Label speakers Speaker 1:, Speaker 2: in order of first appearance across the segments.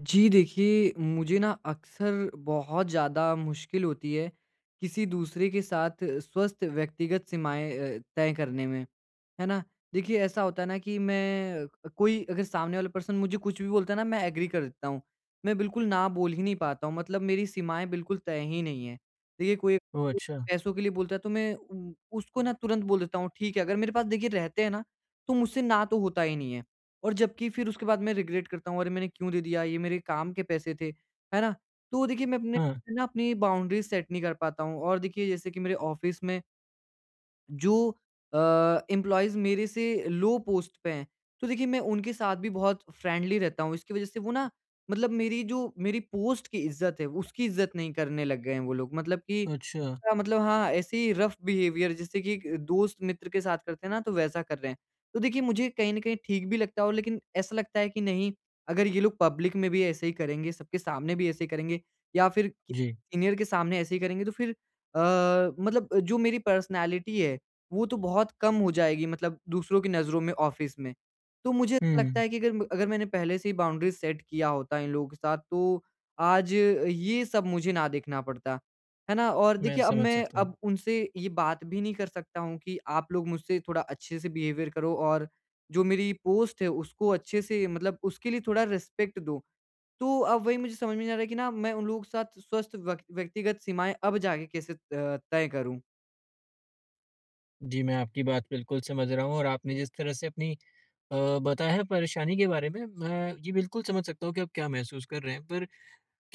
Speaker 1: जी देखिए, मुझे ना अक्सर बहुत ज़्यादा मुश्किल होती है किसी दूसरे के साथ स्वस्थ व्यक्तिगत सीमाएँ तय करने में, है ना? देखिए ऐसा होता है ना कि कोई अगर सामने वाला पर्सन मुझे कुछ भी बोलता है ना मैं एग्री कर देता हूँ। मैं बिल्कुल ना बोल ही नहीं पाता हूँ, मतलब मेरी सीमाएँ बिल्कुल तय ही नहीं हैं। देखिए कोई
Speaker 2: ओह! अच्छा।
Speaker 1: पैसों के लिए बोलता है तो मैं उ उसको ना तुरंत बोल देता हूँ ठीक है, अगर मेरे पास देखिए रहते हैं ना, तो मुझसे ना तो होता ही नहीं है। और जबकि फिर उसके बाद मैं रिग्रेट करता हूँ, अरे मैंने क्यों दे दिया? ये मेरे काम के पैसे थे, है ना? तो देखिए मैं अपने
Speaker 2: हाँ,
Speaker 1: ना अपनी बाउंड्रीज़ सेट नहीं कर पाता हूँ, और देखिए जैसे कि मेरे ऑफ़िस में जो अ, एम्प्लॉइज़ मेरे से लो पोस्ट पे हैं, तो देखिए मैं उनके साथ भी बहुत फ्रेंडली रहता हूँ। इसकी वज़ह से वो ना, मतलब मेरी जो मेरी पोस्ट की इज़्ज़त है, उसकी इज़्ज़त नहीं करने लग गए हैं वो लोग। मतलब कि
Speaker 2: अच्छा।
Speaker 1: हाँ, मतलब हाँ, ऐसे ही रफ़ बिहेवियर जैसे कि एक दोस्त मित्र के साथ करते हैं ना, तो वैसा कर रहे हैं। तो देखिए मुझे कहीं न कहीं ठीक भी लगता है, और लेकिन ऐसा लगता है कि नहीं, अगर ये लोग पब्लिक में भी ऐसे ही करेंगे, सबके सामने भी ऐसे ही करेंगे या फिर कि
Speaker 2: जी।
Speaker 1: सीनियर के सामने ऐसे ही करेंगे, तो फिर अ, मतलब जो मेरी पर्सनैलिटी है, वो तो बहुत कम हो जाएगी, मतलब दूसरों की नज़रों में ऑफ़िस में। तो मुझे ऐसा लगता
Speaker 2: हुँ,
Speaker 1: है कि अगर मैंने पहले से ही बाउंड्रीज़ सेट किया होता इन लोगों के साथ, तो आज ये सब मुझे ना देखना पड़ता। है ना? और
Speaker 2: मैं
Speaker 1: देखिए अब
Speaker 2: समझ
Speaker 1: मैं
Speaker 2: सकता हूँ।
Speaker 1: अब उनसे ये बात भी नहीं कर सकता हूँ कि आप लोग मुझसे थोड़ा अच्छे से बिहेवियर करो, और जो मेरी पोस्ट है उसको अच्छे से, मतलब उसके लिए थोड़ा रिस्पेक्ट दो। तो अब वही मुझे समझ में नहीं आ रहा है कि ना मैं उन लोगों के साथ स्वस्थ व्यक्तिगत सीमाएँ अब जाके कैसे तय करूँ?
Speaker 2: जी, मैं आपकी बात बिल्कुल समझ रहा हूँ और आपने जिस तरह से अपनी बताया है परेशानी के बारे में, मैं ये बिल्कुल समझ सकता हूँ कि आप क्या महसूस कर रहे हैं। पर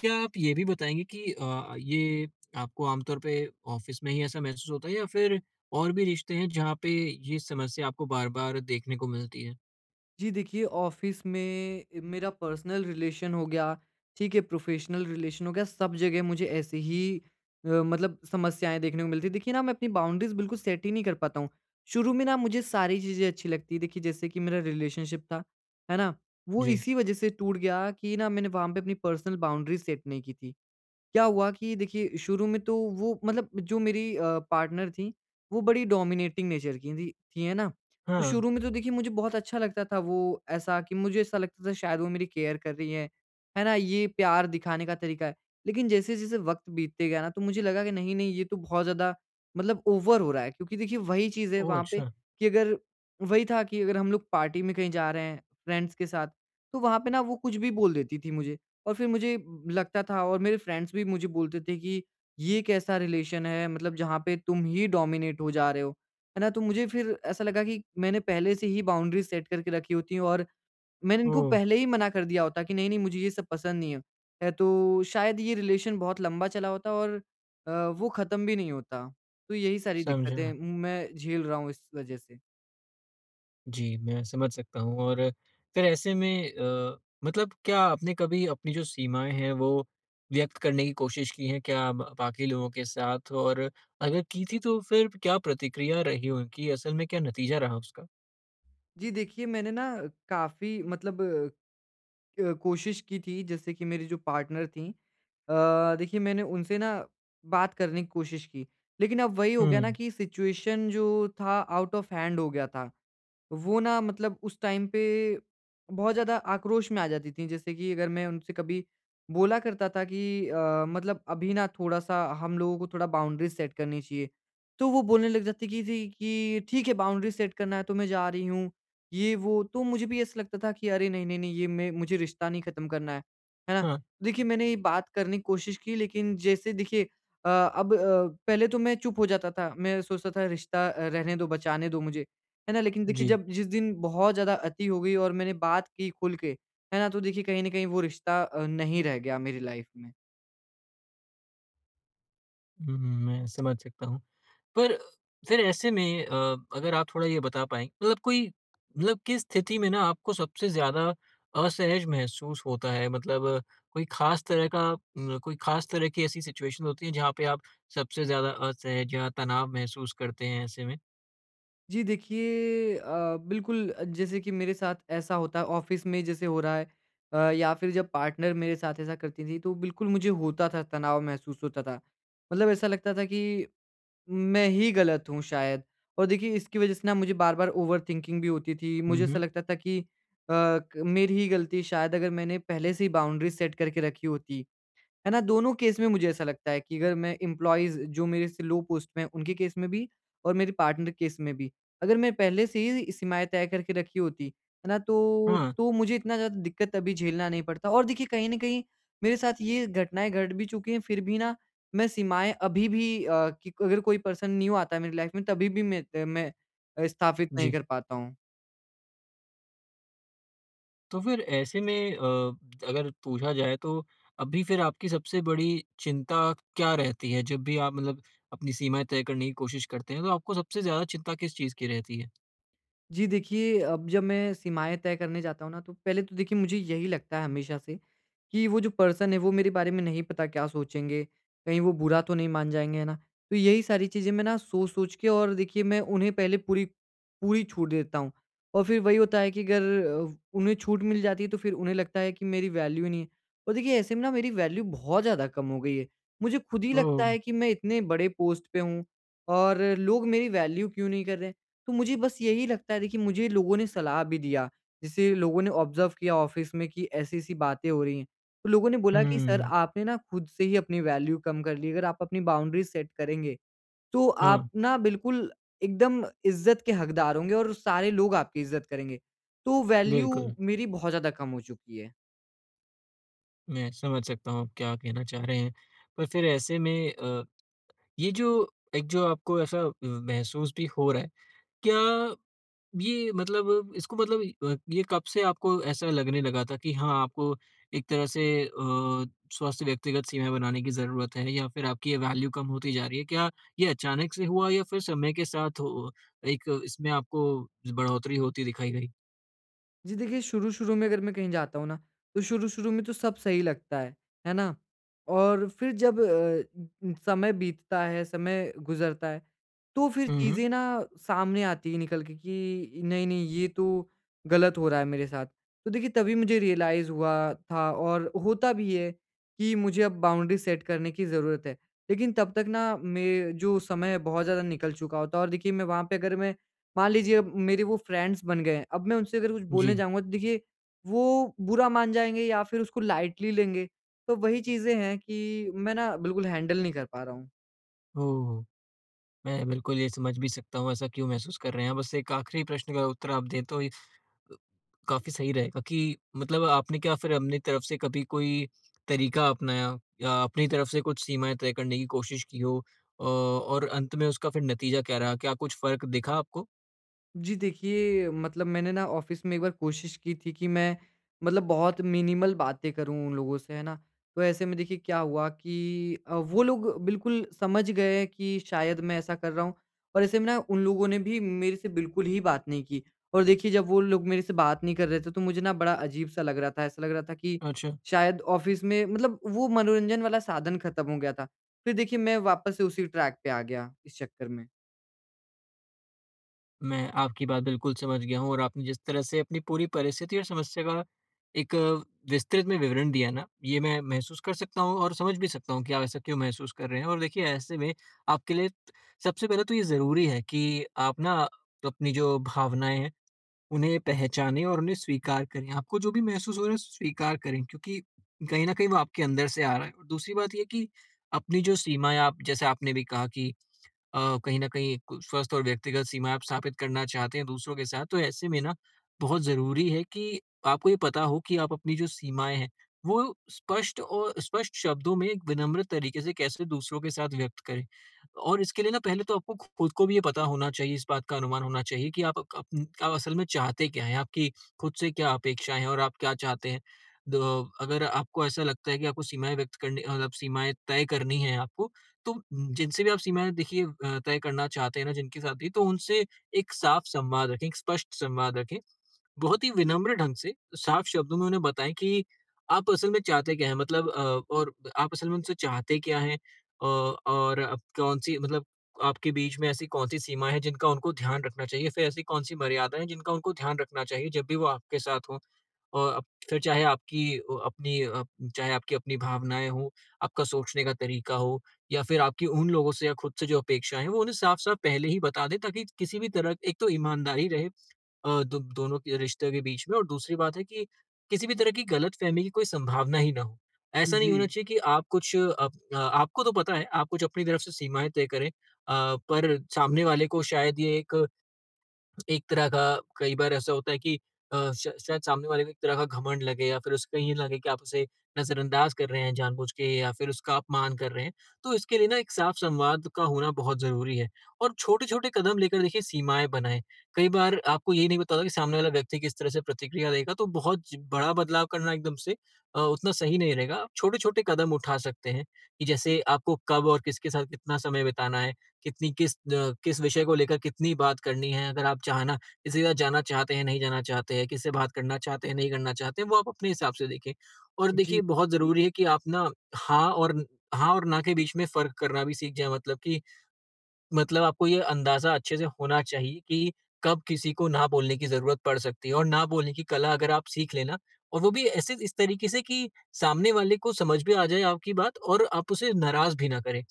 Speaker 2: क्या आप ये भी बताएँगे कि ये आपको आमतौर पे ऑफ़िस में ही ऐसा महसूस होता है या फिर और भी रिश्ते हैं जहाँ पे ये समस्या आपको बार-बार देखने को मिलती है?
Speaker 1: जी देखिए, ऑफ़िस में मेरा पर्सनल रिलेशन हो गया, ठीक है, प्रोफ़ेशनल रिलेशन हो गया, सब जगह मुझे ऐसे ही मतलब समस्याएँ देखने को मिलती हैं। देखिए ना, मैं अपनी बाउंड्रीज़ बिल्कुल सेट ही नहीं कर पाता हूँ। शुरू में ना मुझे सारी चीज़ें अच्छी लगती हैं, देखिए जैसे कि मेरा रिलेशनशिप था, है ना? वो
Speaker 2: जी।
Speaker 1: इसी वजह से टूट गया कि ना मैंने वहाँ पे अपनी पर्सनल बाउंड्रीज़ सेट नहीं की थी। क्या हुआ कि देखिए शुरू में तो वो, मतलब जो मेरी पार्टनर थी, वो बड़ी डोमिनेटिंग नेचर की थी, है ना? तो
Speaker 2: हाँ।
Speaker 1: शुरू में तो देखिए मुझे बहुत अच्छा लगता था वो, ऐसा कि मुझे ऐसा लगता था शायद वो मेरी केयर कर रही है ना? ये प्यार दिखाने का तरीका है। लेकिन जैसे-जैसे वक़्त बीतते गया ना, तो मुझे लगा कि नहीं, नहीं ये तो बहुत ज़्यादा, मतलब ओवर हो रहा है, क्योंकि देखिए वही चीज़ है
Speaker 2: ओह!
Speaker 1: वहाँ पे
Speaker 2: अच्छा।
Speaker 1: कि अगर वही था कि अगर हम लोग पार्टी में कहीं जा रहे हैं फ्रेंड्स के साथ, तो वहाँ पे ना वो कुछ भी बोल देती थी मुझे। और फिर मुझे लगता था, और मेरे फ्रेंड्स भी मुझे बोलते थे कि ये कैसा रिलेशन है, मतलब जहाँ पे तुम ही डोमिनेट हो जा रहे हो, है ना? तो मुझे फिर ऐसा लगा कि मैंने पहले से ही बाउंड्रीज़ सेट करके रखी होती, और मैंने इनको
Speaker 2: ओह!
Speaker 1: पहले ही मना कर दिया होता कि नहीं, नहीं मुझे ये सब पसंद नहीं है। है, तो शायद ये रिलेशन बहुत लंबा चला होता और वो ख़त्म भी नहीं होता। तो यही सारी दिक्कतें
Speaker 2: समझा।
Speaker 1: मैं झेल रहा हूँ इस वज़ह से।
Speaker 2: जी, मैं समझ सकता हूँ और फिर ऐसे में मतलब क्या आपने कभी अपनी जो सीमाएँ हैं, वो व्यक्त करने की कोशिश की है क्या ब बाकी लोगों के साथ? और अगर की थी, तो फिर क्या प्रतिक्रिया रही उनकी? असल में क्या नतीजा रहा उसका?
Speaker 1: जी देखिए, मैंने ना काफ़ी, मतलब कोशिश की थी, जैसे कि मेरी जो पार्टनर थीं, देखिए मैंने उनसे ना बात करने की कोशिश की। लेकिन अब वही हो गया ना
Speaker 2: हुँ,
Speaker 1: कि सिचुएशन जो था आउट ऑफ हैंड हो गया था। वो ना, मतलब उस टाइम पे बहुत ज़्यादा आक्रोश में आ जाती थीं, जैसे कि अगर मैं उनसे कभी बोला करता था कि मतलब अभी ना थोड़ा-सा हम लोगों को थोड़ा बाउंड्रीज़ सेट करनी चाहिए। तो वो बोलने लग जाती कि थी कि ठीक है, बाउंड्रीज़ सेट करना है तो मैं जा रही हूँ। ये वो, तो मुझे भी ऐसा लगता था कि अरे नहीं, नहीं, नहीं, ये मैं मुझे रिश्ता नहीं ख़त्म करना है ना?
Speaker 2: हाँ,
Speaker 1: तो देखिए मैंने ये बात करने की कोशिश की, लेकिन जैसे देखिए अब पहले तो मैं चुप हो जाता था, मैं सोचता था रिश्ता रहने दो, बचाने दो मुझे, है ना? लेकिन देखिए
Speaker 2: जी।
Speaker 1: जब जिस दिन बहुत ज़्यादा अति हो गई और मैंने बात की खुल के, है ना? तो देखिए कहीं न कहीं वो रिश्ता नहीं रह गया मेरी लाइफ़ में।
Speaker 2: हुँ, हुँ, मैं समझ सकता हूँ। पर फिर ऐसे में अगर आप थोड़ा ये बता पाएँ मतलब कोई मतलब किस स्थिति में ना आपको सबसे ज़्यादा असहज महसूस होता है? मतलब कोई ख़ास तरह का कोई ख़ास तरह की ऐसी सिचुएशन होती है जहाँ पे आप सबसे ज़्यादा असहज या तनाव महसूस करते हैं ऐसे में?
Speaker 1: जी देखिए, बिल्कुल जैसे कि मेरे साथ ऐसा होता है ऑफिस में जैसे हो रहा है, या फिर जब पार्टनर मेरे साथ ऐसा करती थी, तो बिल्कुल मुझे होता था, तनाव महसूस होता था। मतलब ऐसा लगता था कि मैं ही गलत हूँ शायद, और देखिए इसकी वज़ह से ना मुझे बार-बार ओवरथिंकिंग भी होती थी। मुझे
Speaker 2: हुँ,
Speaker 1: ऐसा
Speaker 2: हुँ।
Speaker 1: लगता था कि अ, क मेरी ही गलती शायद, अगर मैंने पहले से ही बाउंड्रीज़ सेट करके रखी होती, है ना? दोनों केस में मुझे ऐसा लगता है कि अगर मैं एम्प्लॉइज़ जो मेरे से लो पोस्ट में हैं, उनके केस में भी और मेरे पार्टनर केस में भी। अगर मैं पहले से ही सीमाएँ तय करके रखी होती, है ना? तो
Speaker 2: हाँ,
Speaker 1: तो मुझे इतना ज़्यादा दिक्कत अभी झेलना नहीं पड़ता, और देखिए कहीं न कहीं मेरे साथ ये घटनाएँ घट भी चुकी हैं, फिर भी ना मैं सीमाएँ अभी भी कि अगर कोई पर्सन न्यू आता है मेरी लाइफ़ में तभी भी मैं स्थापित नहीं
Speaker 2: जी।
Speaker 1: कर पाता हूँ।
Speaker 2: तो फिर ऐसे में अगर पूछा जाए तो अभी फिर आपकी सबसे बड़ी चिंता क्या रहती है? जब भी आप मतलब अपनी सीमाएँ तय करने की कोशिश करते हैं तो आपको सबसे ज़्यादा चिंता किस चीज़ की रहती है?
Speaker 1: जी देखिए, अब जब मैं सीमाएँ तय करने जाता हूँ ना, तो पहले तो देखिए मुझे यही लगता है हमेशा से कि वो जो पर्सन है वो मेरे बारे में नहीं पता क्या सोचेंगे, कहीं वो बुरा तो नहीं मान जाएँगे, है ना? तो यही सारी चीज़ें मैं ना सोच-सोच के, और देखिए मैं उन्हें पहले पूरी पूरी छूट देता हूँ, और फिर वही होता है कि अगर अ, उन्हें छूट मिल जाती है तो फिर उन्हें लगता है कि मेरी वैल्यू ही नहीं है, और देखिए ऐसे में ना मेरी वैल्यू बहुत ज़्यादा कम हो गई है। मुझे खुद ही
Speaker 2: ओह!
Speaker 1: लगता है कि मैं इतने बड़े पोस्ट पे हूँ, और लोग मेरी वैल्यू क्यों नहीं कर रहे हैं? तो मुझे बस यही लगता है, देखिए मुझे लोगों ने सलाह भी दिया, जैसे लोगों ने ऑब्ज़र्व किया ऑफ़िस में कि ऐसी-ऐसी बातें हो रही हैं। तो लोगों ने बोला कि सर,
Speaker 2: हुँ।
Speaker 1: आपने ना खुद से ही अपनी वैल्यू कम कर ली, अगर आप अपनी बाउंड्रीज़ सेट करेंगे, तो
Speaker 2: हाँ,
Speaker 1: आप ना बिल्कुल एकदम इज़्ज़त के हकदार होंगे और सारे लोग आपकी इज़्ज़त करेंगे। तो वैल्यू
Speaker 2: बिल्कुल,
Speaker 1: मेरी बहुत ज़्यादा कम हो चुकी है।
Speaker 2: मैं समझ सकता हूँ आप क्या कहना चाह रहे हैं। पर फिर ऐसे में ये जो एक जो आपको ऐसा महसूस भी हो रहा है, क्या ये मतलब इसको मतलब ये कब से आपको ऐसा लगने लगा था कि हाँ, आपको एक तरह से स्वस्थ व्यक्तिगत सीमाएँ बनाने की ज़रूरत है या फिर आपकी ये वैल्यू कम होती जा रही है? क्या ये अचानक से हुआ या फिर समय के साथ हो एक इसमें आपको बढ़ोतरी होती दिखाई गई?
Speaker 1: जी देखिए, शुरू-शुरू में अगर मैं कहीं जाता हूँ ना, तो शुरू-शुरू में तो सब सही लगता है ना? और फिर जब समय बीतता है, समय गुज़रता है, तो फिर
Speaker 2: हुँ, हुँ।
Speaker 1: चीज़ें ना सामने आती है निकल के कि नहीं, नहीं ये तो गलत हो रहा है मेरे साथ। तो देखिए तभी मुझे रियलाइज़ हुआ था, और होता भी है कि मुझे अब बाउंड्री सेट करने की ज़रूरत है। लेकिन तब तक ना मैं जो समय है बहुत ज़्यादा निकल चुका होता है, और देखिए मैं वहाँ पे अगर मैं मान लीजिए अब मेरे वो फ्रेंड्स बन गए हैं, अब मैं उनसे अगर कुछ बोलने
Speaker 2: जी।
Speaker 1: जाऊँगा तो देखिए वो बुरा मान जाएँगे या फिर उसको लाइटली लेंगे। तो वही चीज़ें हैं कि मैं ना बिल्कुल हैंडल नहीं कर पा रहा हूँ।
Speaker 2: ओह! मैं बिल्कुल ये समझ भी सकता हूँ ऐसा क्यों महसूस कर रहे हैं। बस एक आखिरी प्रश्न का उत्तर आप दें तो ये अ, काफ़ी सही रहेगा कि मतलब आपने क्या फिर अपनी तरफ से कभी कोई तरीका अपनाया या अपनी तरफ से कुछ सीमाएँ तय करने की कोशिश की हो? और अंत में उसका फिर नतीजा क्या रहा? क्या कुछ फ़र्क दिखा आपको?
Speaker 1: जी देखिए, मतलब मैंने ना ऑफ़िस में एक बार कोशिश की थी कि मैं, मतलब बहुत मिनिमल बातें करूँ उन लोगों से, है ना? तो ऐसे में देखिए क्या हुआ कि वो लोग बिल्कुल समझ गए कि शायद मैं ऐसा कर रहा हूँ, और ऐसे में ना उन लोगों ने भी मेरे से बिल्कुल ही बात नहीं की, और देखिए जब वो लोग मेरे से बात नहीं कर रहे थे तो मुझे ना बड़ा अजीब-सा लग रहा था, ऐसा लग रहा था कि
Speaker 2: अच्छा।
Speaker 1: शायद ऑफ़िस में, मतलब वो मनोरंजन वाला साधन ख़त्म हो गया था। फिर देखिए मैं वापस से उसी ट्रैक पे आ गया इस चक्कर में।
Speaker 2: मैं आपकी बात बिल्कुल समझ गया हूँ और आपने जिस तरह से अपनी पूरी परिस्थिति और समस्या का एक विस्तृत में विवरण दिया ना, ये मैं महसूस कर सकता हूँ और समझ भी सकता हूँ कि आप ऐसा क्यों महसूस कर रहे हैं। और देखिए ऐसे में आपके लिए सबसे पहले तो ये ज़रूरी है कि आप ना अपनी जो भावनाएँ हैं, उन्हें पहचानें और उन्हें स्वीकार करें। आपको जो भी महसूस हो रहा है स्वीकार करें क्योंकि कहीं न कहीं वो आपके अंदर से आ रहा है। और दूसरी बात ये है कि अपनी जो सीमाएँ आप जैसे आपने भी कहा कि कहीं न कहीं कु स्वस्थ और व्यक्तिगत सीमा आप स्थापित करना चाहते हैं दूसरों के साथ, तो ऐसे में ना बहुत ज़रूरी है कि आपको ये पता हो कि आप अपनी जो सीमाएँ हैं, वो स्पष्ट और स्पष्ट शब्दों में एक विनम्र तरीके से कैसे दूसरों के साथ व्यक्त करें। और इसके लिए ना पहले तो आपको खुद को भी ये पता होना चाहिए, इस बात का अनुमान होना चाहिए कि आप असल में चाहते क्या हैं, आपकी खुद से क्या अपेक्षाएँ हैं और आप क्या चाहते हैं। द अगर आपको ऐसा लगता है कि आपको सीमाएँ व्यक्त करनी मतलब सीमाएँ तय करनी हैं आपको, तो जिनसे भी आप सीमाएँ देखिए तय करना चाहते हैं ना जिनके साथ भी, तो उनसे एक साफ संवाद रखें, एक स्पष्ट संवाद रखें। बहुत ही विनम्र ढंग से, साफ शब्दों में उन्हें बताएँ कि आप असल में चाहते क्या हैं मतलब और आप असल में उनसे चाहते क्या हैं और आप कौन-सी मतलब आपके बीच में ऐसी कौन-सी सीमा है जिनका उनको ध्यान रखना चाहिए, फिर ऐसी कौन-सी मर्यादाएँ हैं जिनका उनको ध्यान रखना चाहिए जब भी वो आपके साथ हों। और अप फिर चाहे आपकी अ, अपनी अ, चाहे आपकी अपनी भावनाएँ हों, आपका सोचने का तरीका हो या फिर आपकी उन लोगों से या खुद से जो अपेक्षाएँ हैं, वो उन्हें साफ-साफ पहले ही बता दें ताकि किसी भी तरह एक तो ईमानदारी रहे, अ, दो दोनों के रिश्ते के बीच में और दूसरी बात है कि किसी भी तरह की गलतफ़हमी की कोई संभावना ही ना हो। ऐसा नहीं होना
Speaker 1: जी,
Speaker 2: चाहिए कि आप कुछ अप अ, आपको तो पता है, आप कुछ अपनी तरफ से सीमाएँ तय करें, पर सामने वाले को शायद ये एक एक तरह का कई बार ऐसा होता है कि अ, श शायद सामने वाले को एक तरह का घमंड लगे या फिर उसको ये लगे कि आप उसे नज़रअंदाज कर रहे हैं जानबूझ के या फिर उसका अपमान कर रहे हैं। तो इसके लिए ना एक साफ संवाद का होना बहुत ज़रूरी है और छोटे-छोटे कदम लेकर देखिए सीमाएँ बनाएँ। कई बार आपको ये नहीं पता होता कि सामने वाला व्यक्ति किस तरह से प्रतिक्रिया देगा तो बहुत ज बड़ा बदलाव करना एकदम से उतना सही नहीं रहेगा। आप छोटे-छोटे कदम उठा सकते हैं कि जैसे आपको कब और किसके साथ कितना समय बिताना है। किस विषय को लेकर कितनी बात करनी है, अगर आप चाहना किसी के साथ जाना चाहते हैं, नहीं जाना चाहते हैं, किससे बात करना चाहते हैं, नहीं करना चाहते हैं, वो आप अपने हिसाब से देखें। और
Speaker 1: जी,
Speaker 2: देखिए बहुत ज़रूरी है कि आप ना हाँ और हाँ और ना के बीच में फ़र्क करना भी सीख जाएँ, मतलब कि मतलब आपको ये अंदाज़ा अच्छे से होना चाहिए कि कब किसी को ना बोलने की ज़रूरत पड़ सकती है और ना बोलने की कला अगर आप सीख लेना और वो भी ऐसे इस तरीके से कि सामने वाले को समझ भी आ जाए आपकी बात और आप उसे नाराज़ भी ना करें।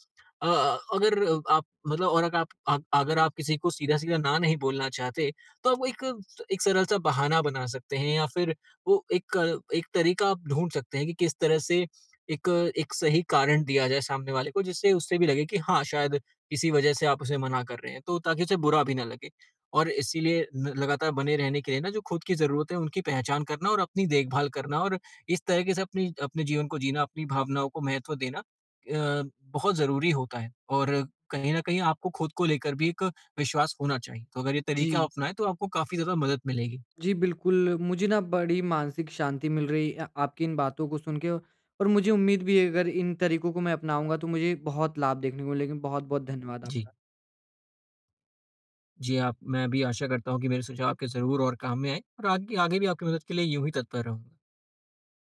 Speaker 2: अ, अगर आप मतलब और अगर आप अग अगर आप किसी को सीधा-सीधा ना नहीं बोलना चाहते, तो आप एक एक सरल-सा बहाना बना सकते हैं या फिर वो एक तरीका आप ढूँढ सकते हैं कि किस तरह से एक एक सही कारण दिया जाए सामने वाले को जिससे उससे भी लगे कि हाँ, शायद इसी वजह से आप उसे मना कर रहे हैं, तो ताकि उसे बुरा भी ना लगे। और इसीलिए न लगातार बने रहने के लिए ना जो खुद की ज़रूरत है उनकी पहचान करना और अपनी देखभाल करना और इस तरीके से अपनी अपने जीवन को जीना, अपनी भावनाओं को महत्व देना बहुत ज़रूरी होता है। और कहीं न कहीं आपको खुद को लेकर भी एक विश्वास होना चाहिए। तो अगर ये तरीका
Speaker 1: जी।
Speaker 2: अपनाएँ तो आपको काफ़ी ज़्यादा मदद मिलेगी।
Speaker 1: जी, बिल्कुल, मुझे ना बड़ी मानसिक शांति मिल रही आपकी इन बातों को सुन के, और मुझे उम्मीद भी है अगर इन तरीकों को मैं अपनाऊँगा तो मुझे बहुत लाभ देखने को मिलेगा। बहुत-बहुत धन्यवाद
Speaker 2: जी।
Speaker 1: आपका।
Speaker 2: जी, आप मैं भी आशा करता हूँ कि मेरे सुझाव आपके ज़रूर और काम में आएँ और आगे आगे भी आपकी मदद के लिए यूँ ही तत्पर रहूँगा।